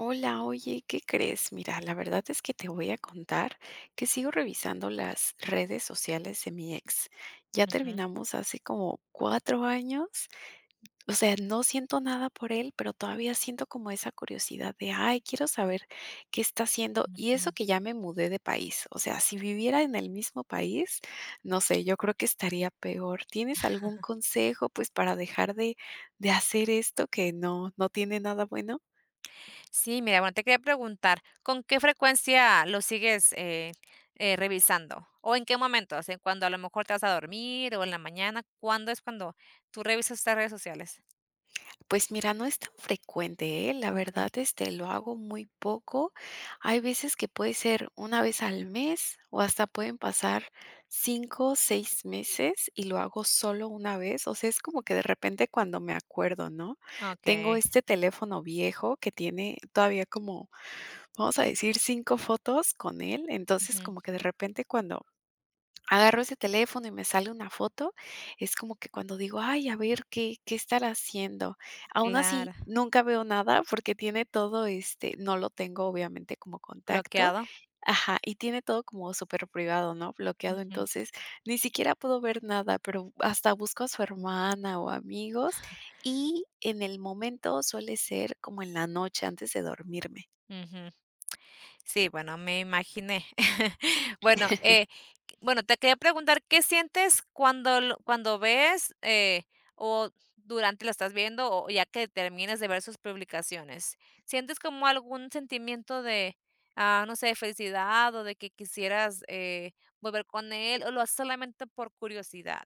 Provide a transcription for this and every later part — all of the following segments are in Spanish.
Hola, oye, ¿qué crees? Mira, la verdad es que te voy a contar que sigo revisando las redes sociales de mi ex. Ya Ujú, terminamos hace como cuatro años. O sea, no siento nada por él, pero todavía siento como esa curiosidad de, ay, quiero saber qué está haciendo. Y eso que ujú. ya me mudé de país. O sea, si viviera en el mismo país, no sé, yo creo que estaría peor. ¿Tienes algún consejo, pues, para dejar de hacer esto que no, no tiene nada bueno? Sí, mira, bueno, te quería preguntar, ¿con qué frecuencia lo sigues, revisando? ¿O en qué momentos? ¿En cuando a lo mejor te vas a dormir o en la mañana? ¿Cuándo es cuando tú revisas estas redes sociales? Pues mira, no es tan frecuente, ¿eh? La Ujú. verdad, este, lo hago muy poco. Hay veces que puede ser una vez al mes o hasta pueden pasar cinco, 6 meses y lo hago solo una vez. O sea, es como que de repente cuando me acuerdo, ¿no? Tengo Okey. este teléfono viejo que tiene todavía como, vamos a decir, 5 fotos con él. Entonces, Ujú. como que de repente cuando agarro ese teléfono y me sale una foto, es como que cuando digo: "Ay, a ver, ¿qué estará haciendo?". Aún así, Claro. nunca veo nada porque tiene todo, este, no lo tengo obviamente como contacto, ¿Bloqueado? ajá, y tiene todo como súper privado, ¿no?, bloqueado, Ujú, entonces ni siquiera puedo ver nada, pero hasta busco a su hermana o amigos, y en el momento suele ser como en la noche antes de dormirme. ujú. Sí, bueno, me imaginé. Bueno, bueno, te quería preguntar, ¿qué sientes cuando ves, o durante lo estás viendo, o ya que termines de ver sus publicaciones? ¿Sientes como algún sentimiento de, ah, no sé, felicidad o de que quisieras, volver con él, o lo haces solamente por curiosidad?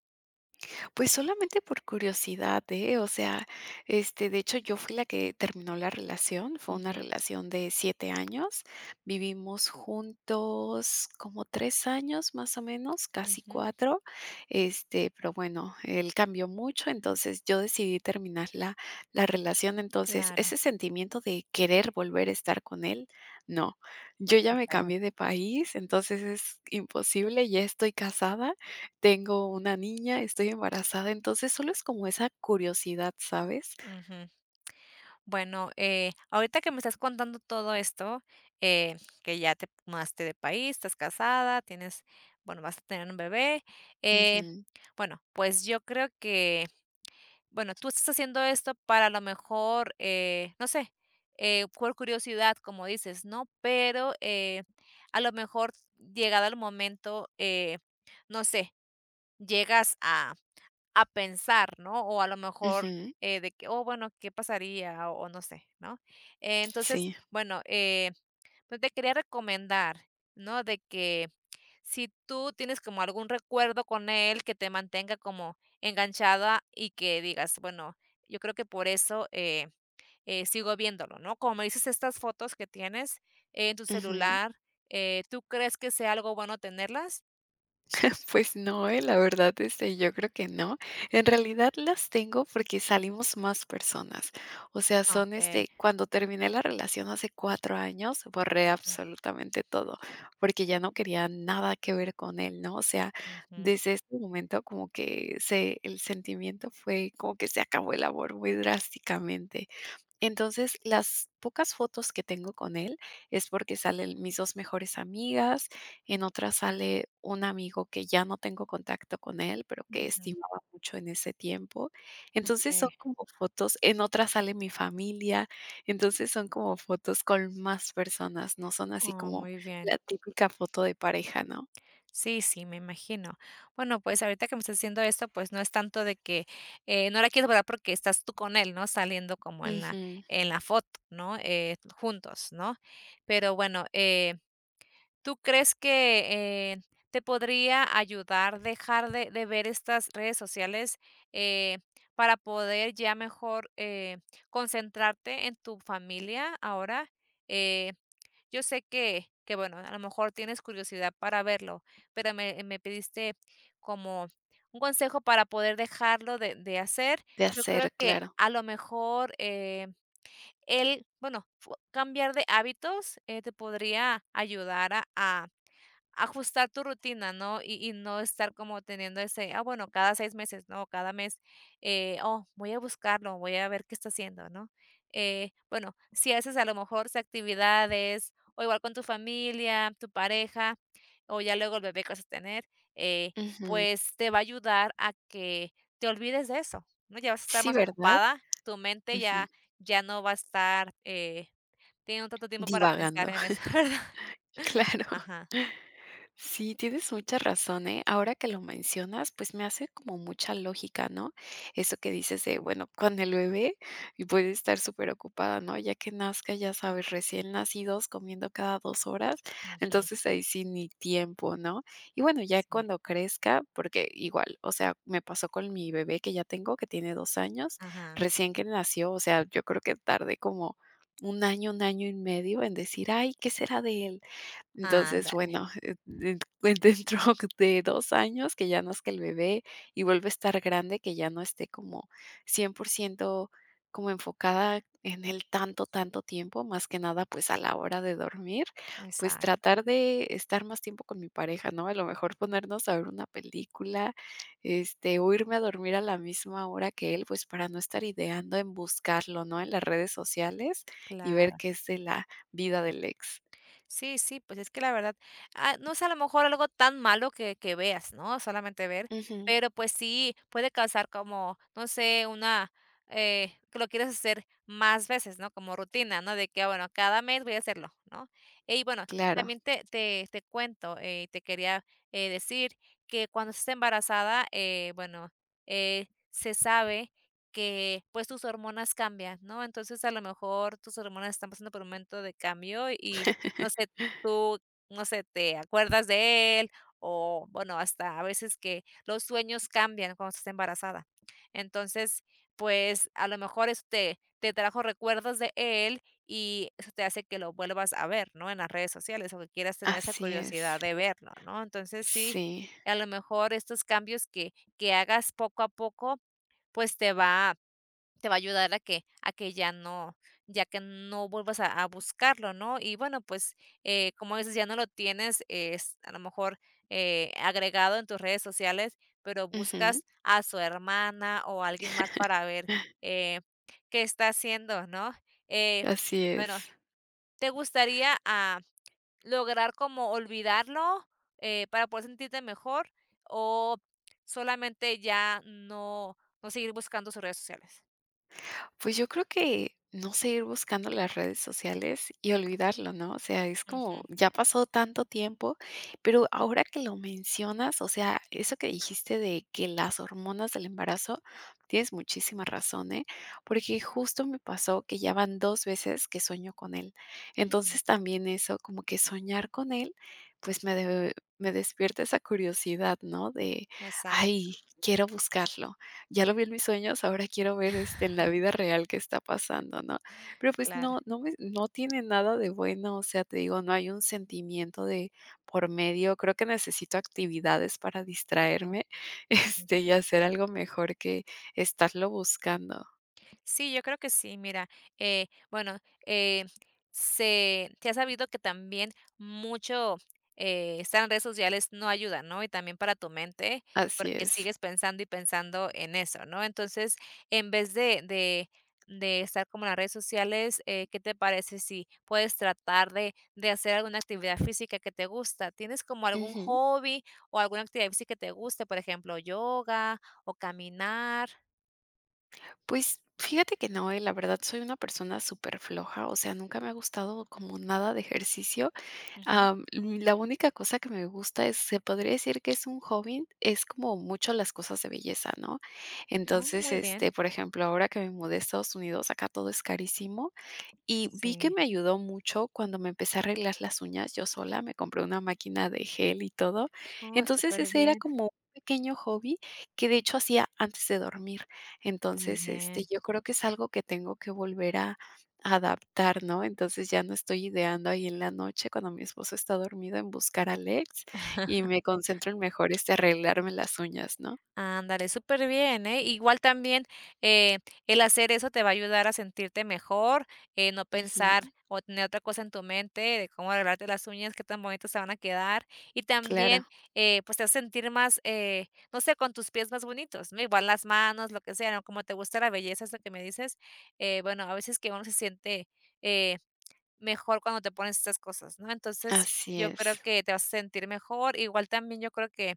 Pues solamente por curiosidad, ¿eh? O sea, este, de hecho, yo fui la que terminó la relación, fue una Ujú, relación de 7 años, vivimos juntos como 3 años más o menos, casi ujú, 4. Este, pero bueno, él cambió mucho, entonces yo decidí terminar la relación. Entonces claro, ese sentimiento de querer volver a estar con él, no, yo ya me okey, cambié de país, entonces es imposible, ya estoy casada, tengo una niña, estoy embarazada, entonces solo es como esa curiosidad, ¿sabes? ujú. Bueno, ahorita que me estás contando todo esto, eh, que ya te mudaste de país, estás casada, tienes bueno, vas a tener un bebé, eh Ujú, bueno, pues yo creo que, bueno, tú estás haciendo esto para a lo mejor, no sé, por curiosidad, como dices, ¿no? Pero a lo mejor llegado el momento, no sé, llegas a pensar, ¿no? O a lo mejor ujú, de que, oh, bueno, ¿qué pasaría? O, no sé, ¿no? Entonces, sí, bueno, pues te quería recomendar, ¿no? De que si tú tienes como algún recuerdo con él que te mantenga como enganchada y que digas, bueno, yo creo que por eso, sigo viéndolo, ¿no? Como me dices estas fotos que tienes en tu ujú. celular, ¿tú crees que sea algo bueno tenerlas? Pues no, la verdad, este, yo creo que no. En realidad las tengo porque salimos más personas. O sea, son, Okey. este, cuando terminé la relación hace 4 años, borré Ujú, absolutamente todo, porque ya no quería nada que ver con él, ¿no? O sea, ujú, desde ese momento como que se el sentimiento fue como que se acabó el amor muy drásticamente. Entonces, las pocas fotos que tengo con él es porque salen mis 2 mejores amigas, en otra sale un amigo que ya no tengo contacto con él, pero que ujú, estimaba mucho en ese tiempo. Entonces, son okey. como fotos, en otra sale mi familia, entonces son como fotos con más personas, no son así Oh, como muy bien. la típica foto de pareja, ¿no? Sí, sí, me imagino. Bueno, pues ahorita que me estás diciendo esto, pues no es tanto de que no la quieres guardar porque estás tú con él, ¿no? Saliendo como Ujú, en la foto, ¿no? Juntos, ¿no? Pero bueno, ¿tú crees que te podría ayudar dejar de ver estas redes sociales eh, para poder ya mejor concentrarte en tu familia ahora? Eh, yo sé que bueno, a lo mejor tienes curiosidad para verlo, pero me pediste como un consejo para poder dejarlo de hacer. de Yo creo hacer, que claro. a lo mejor, el bueno, fu cambiar de hábitos, te podría ayudar a ajustar tu rutina, ¿no? Y no estar como teniendo ese, ah, bueno, cada seis meses, ¿no? Cada mes, oh, voy a buscarlo, voy a ver qué está haciendo, ¿no? Bueno, si haces a lo mejor esas actividades, o igual con tu familia, tu pareja, o ya luego el bebé que vas a tener, eh, Ujú. pues te va a ayudar a que te olvides de eso, ¿no? Ya vas a estar Sí, más ¿verdad? ocupada, tu mente Ujú. ya, ya no va a estar teniendo tanto tiempo para pensar Divagando, en eso, ¿verdad? claro. Ajá. Sí, tienes mucha razón, ¿eh? Ahora que lo mencionas, pues me hace como mucha lógica, ¿no? Eso que dices de, bueno, con el bebé y puede estar súper ocupada, ¿no? Ya que nazca, ya sabes, recién nacidos comiendo cada dos horas, entonces ahí sí ni tiempo, ¿no? Y bueno, ya Sí, cuando crezca, porque igual, o sea, me pasó con mi bebé que ya tengo, que tiene dos años, ajá, recién que nació, o sea, yo creo que tardé como un año y medio en decir, ay, ¿qué será de él? Entonces, ándale, bueno, de pues, dentro de 2 años, que ya nazca el bebé y vuelva a estar grande, que ya no esté como 100% como enfocada en él tanto, tanto tiempo, más que nada, pues, a la hora de dormir, pues, exacto, tratar de estar más tiempo con mi pareja, ¿no? A lo mejor ponernos a ver una película, este, o irme a dormir a la misma hora que él, pues, para no estar ideando en buscarlo, ¿no? En las redes sociales y ver claro. qué es de la vida del ex. Sí, sí, pues es que la verdad, ah, no es a lo mejor algo tan malo que veas, ¿no? Solamente ver, Ujú. pero pues sí, puede causar como, no sé, una, que lo quieras hacer más veces, ¿no? Como rutina, ¿no? De que, ah, bueno, cada mes voy a hacerlo, ¿no? Y bueno, Claro, también te cuento, te quería, decir que cuando estás embarazada, bueno, se sabe que, pues, tus hormonas cambian, ¿no? Entonces, a lo mejor tus hormonas están pasando por un momento de cambio y no sé, tú, no sé, te acuerdas de él o, bueno, hasta a veces que los sueños cambian cuando estás embarazada. Entonces, pues, a lo mejor eso te trajo recuerdos de él y eso te hace que lo vuelvas a ver, ¿no? En las redes sociales o que quieras tener esa así es. curiosidad de verlo, ¿no? Entonces, sí, Sí. a lo mejor estos cambios que hagas poco a poco, pues, te va a ayudar a que ya no ya que no vuelvas a buscarlo, ¿no? Y bueno, pues como dices, ya no lo tienes es a lo mejor agregado en tus redes sociales, pero Ujú. buscas a su hermana o a alguien más para ver eh, qué está haciendo, ¿no? Eh, Así bueno, es. ¿te gustaría ah, lograr como olvidarlo para poder sentirte mejor o solamente ya no, no seguir buscando sus redes sociales? Pues yo creo que, no sé, ir buscando las redes sociales y olvidarlo, ¿no? O sea, es como, ya pasó tanto tiempo, pero ahora que lo mencionas, o sea, eso que dijiste de que las hormonas del embarazo, tienes muchísima razón, ¿eh? Porque justo me pasó que ya van dos veces que sueño con él. Ujú, Entonces también eso, como que soñar con él, pues me, me despierta esa curiosidad, ¿no? De, exacto, ay, quiero buscarlo. Ya lo vi en mis sueños, ahora quiero ver, este, en la vida real qué está pasando, ¿no? Pero, pues, claro, no no me no tiene nada de bueno, o sea, te digo, no hay un sentimiento de por medio. Creo que necesito actividades para distraerme, este, y ujú. hacer algo mejor que estarlo buscando. Sí, yo creo que sí, mira, bueno, eh, se, se ha sabido que también mucho estar en redes sociales no ayuda, ¿no? Y también para tu mente, Así porque es. sigues pensando y pensando en eso, ¿no? Entonces, en vez de estar como en las redes sociales, ¿qué te parece si puedes tratar de hacer alguna actividad física que te gusta? ¿Tienes como algún Ujú. hobby o alguna actividad física que te guste? Por ejemplo, yoga o caminar. Pues, fíjate que no, la verdad soy una persona súper floja, o sea, nunca me ha gustado como nada de ejercicio. Ujú. La única cosa que me gusta es se podría decir que es un hobby, es como mucho las cosas de belleza, ¿no? Oh, Entonces, muy bien. este, por ejemplo, ahora que me mudé a Estados Unidos, acá todo es carísimo, y vi que Sí. me ayudó mucho cuando me empecé a arreglar las uñas yo sola, me compré una máquina de gel y todo. Oh, Entonces, súper ese era bien, como un pequeño hobby que, de hecho, hacía antes de dormir. muy Entonces, este, bien. yo creo que es algo que tengo que volver a adaptar, ¿no? Entonces, ya no estoy ideando ahí en la noche cuando mi esposo está dormido en buscar a ex y me concentro en mejor, este, arreglarme las uñas, ¿no? Ándale, súper bien, ¿eh? Igual también, eh, el hacer eso te va a ayudar a sentirte mejor, no Ujú, pensar o tener otra cosa en tu mente de cómo arreglarte las uñas, qué tan bonitas te van a quedar. Y claro, también, pues, te vas a sentir más, no sé, con tus pies más bonitos, ¿no? Igual las manos, lo que sea, ¿no? Como te gusta la belleza, es lo que me dices, bueno, a veces que uno se siente, eh mejor cuando te pones estas cosas, ¿no? Entonces, así yo creo es. que te vas a sentir mejor. Igual también yo creo que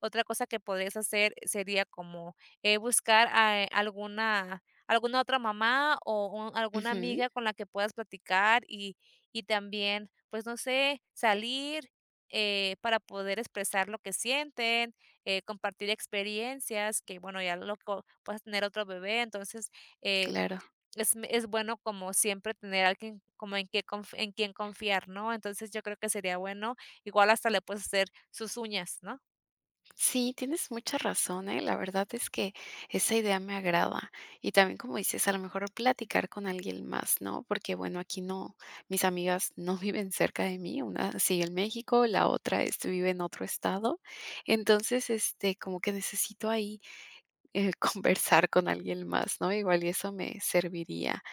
otra cosa que podrías hacer sería como, buscar a, alguna alguna otra mamá o un alguna Ujú, amiga con la que puedas platicar y también, pues, no sé, salir, para poder expresar lo que sienten, compartir experiencias que, bueno, ya lo co puedas tener otro bebé, entonces, eh claro. es me es bueno como siempre tener alguien como en que conf en quien confiar, ¿no? Entonces, yo creo que sería bueno, igual hasta le puedes hacer sus uñas, ¿no? Sí, tienes mucha razón, ¿eh? La verdad es que esa idea me agrada. Y también, como dices, a lo mejor platicar con alguien más, ¿no? Porque, bueno, aquí no, mis amigas no viven cerca de mí. Una sigue en México, la otra, este, vive en otro estado. Entonces, este, como que necesito ahí conversar con alguien más, ¿no? Igual y eso me serviría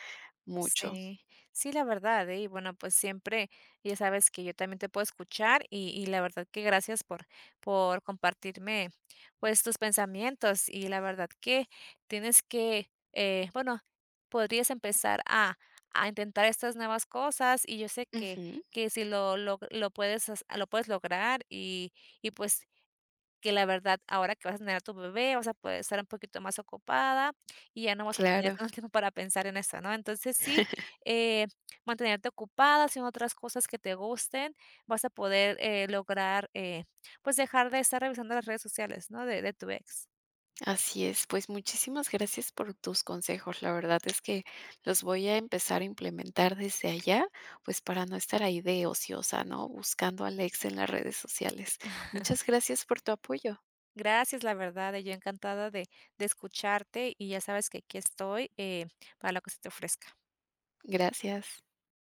mucho. Sí, sí, la verdad, ¿eh? Y bueno, pues siempre, ya sabes que yo también te puedo escuchar y la verdad que gracias por compartirme pues tus pensamientos y la verdad que tienes que, bueno, podrías empezar a intentar estas nuevas cosas y yo sé Ujú, que si lo, lo puedes, lo puedes lograr y pues que la verdad, ahora que vas a tener a tu bebé, vas a poder estar un poquito más ocupada y ya no vas a tener claro. tanto tiempo para pensar en eso, ¿no? Entonces sí, eh, mantenerte ocupada haciendo otras cosas que te gusten, vas a poder lograr, pues dejar de estar revisando las redes sociales, ¿no? De tu ex. Así es, pues muchísimas gracias por tus consejos. La verdad es que los voy a empezar a implementar desde allá, pues para no estar ahí de ociosa, ¿no? Buscando a Alex en las redes sociales. Muchas gracias por tu apoyo. Gracias, la verdad, yo encantada de escucharte y ya sabes que aquí estoy para lo que se te ofrezca. Gracias.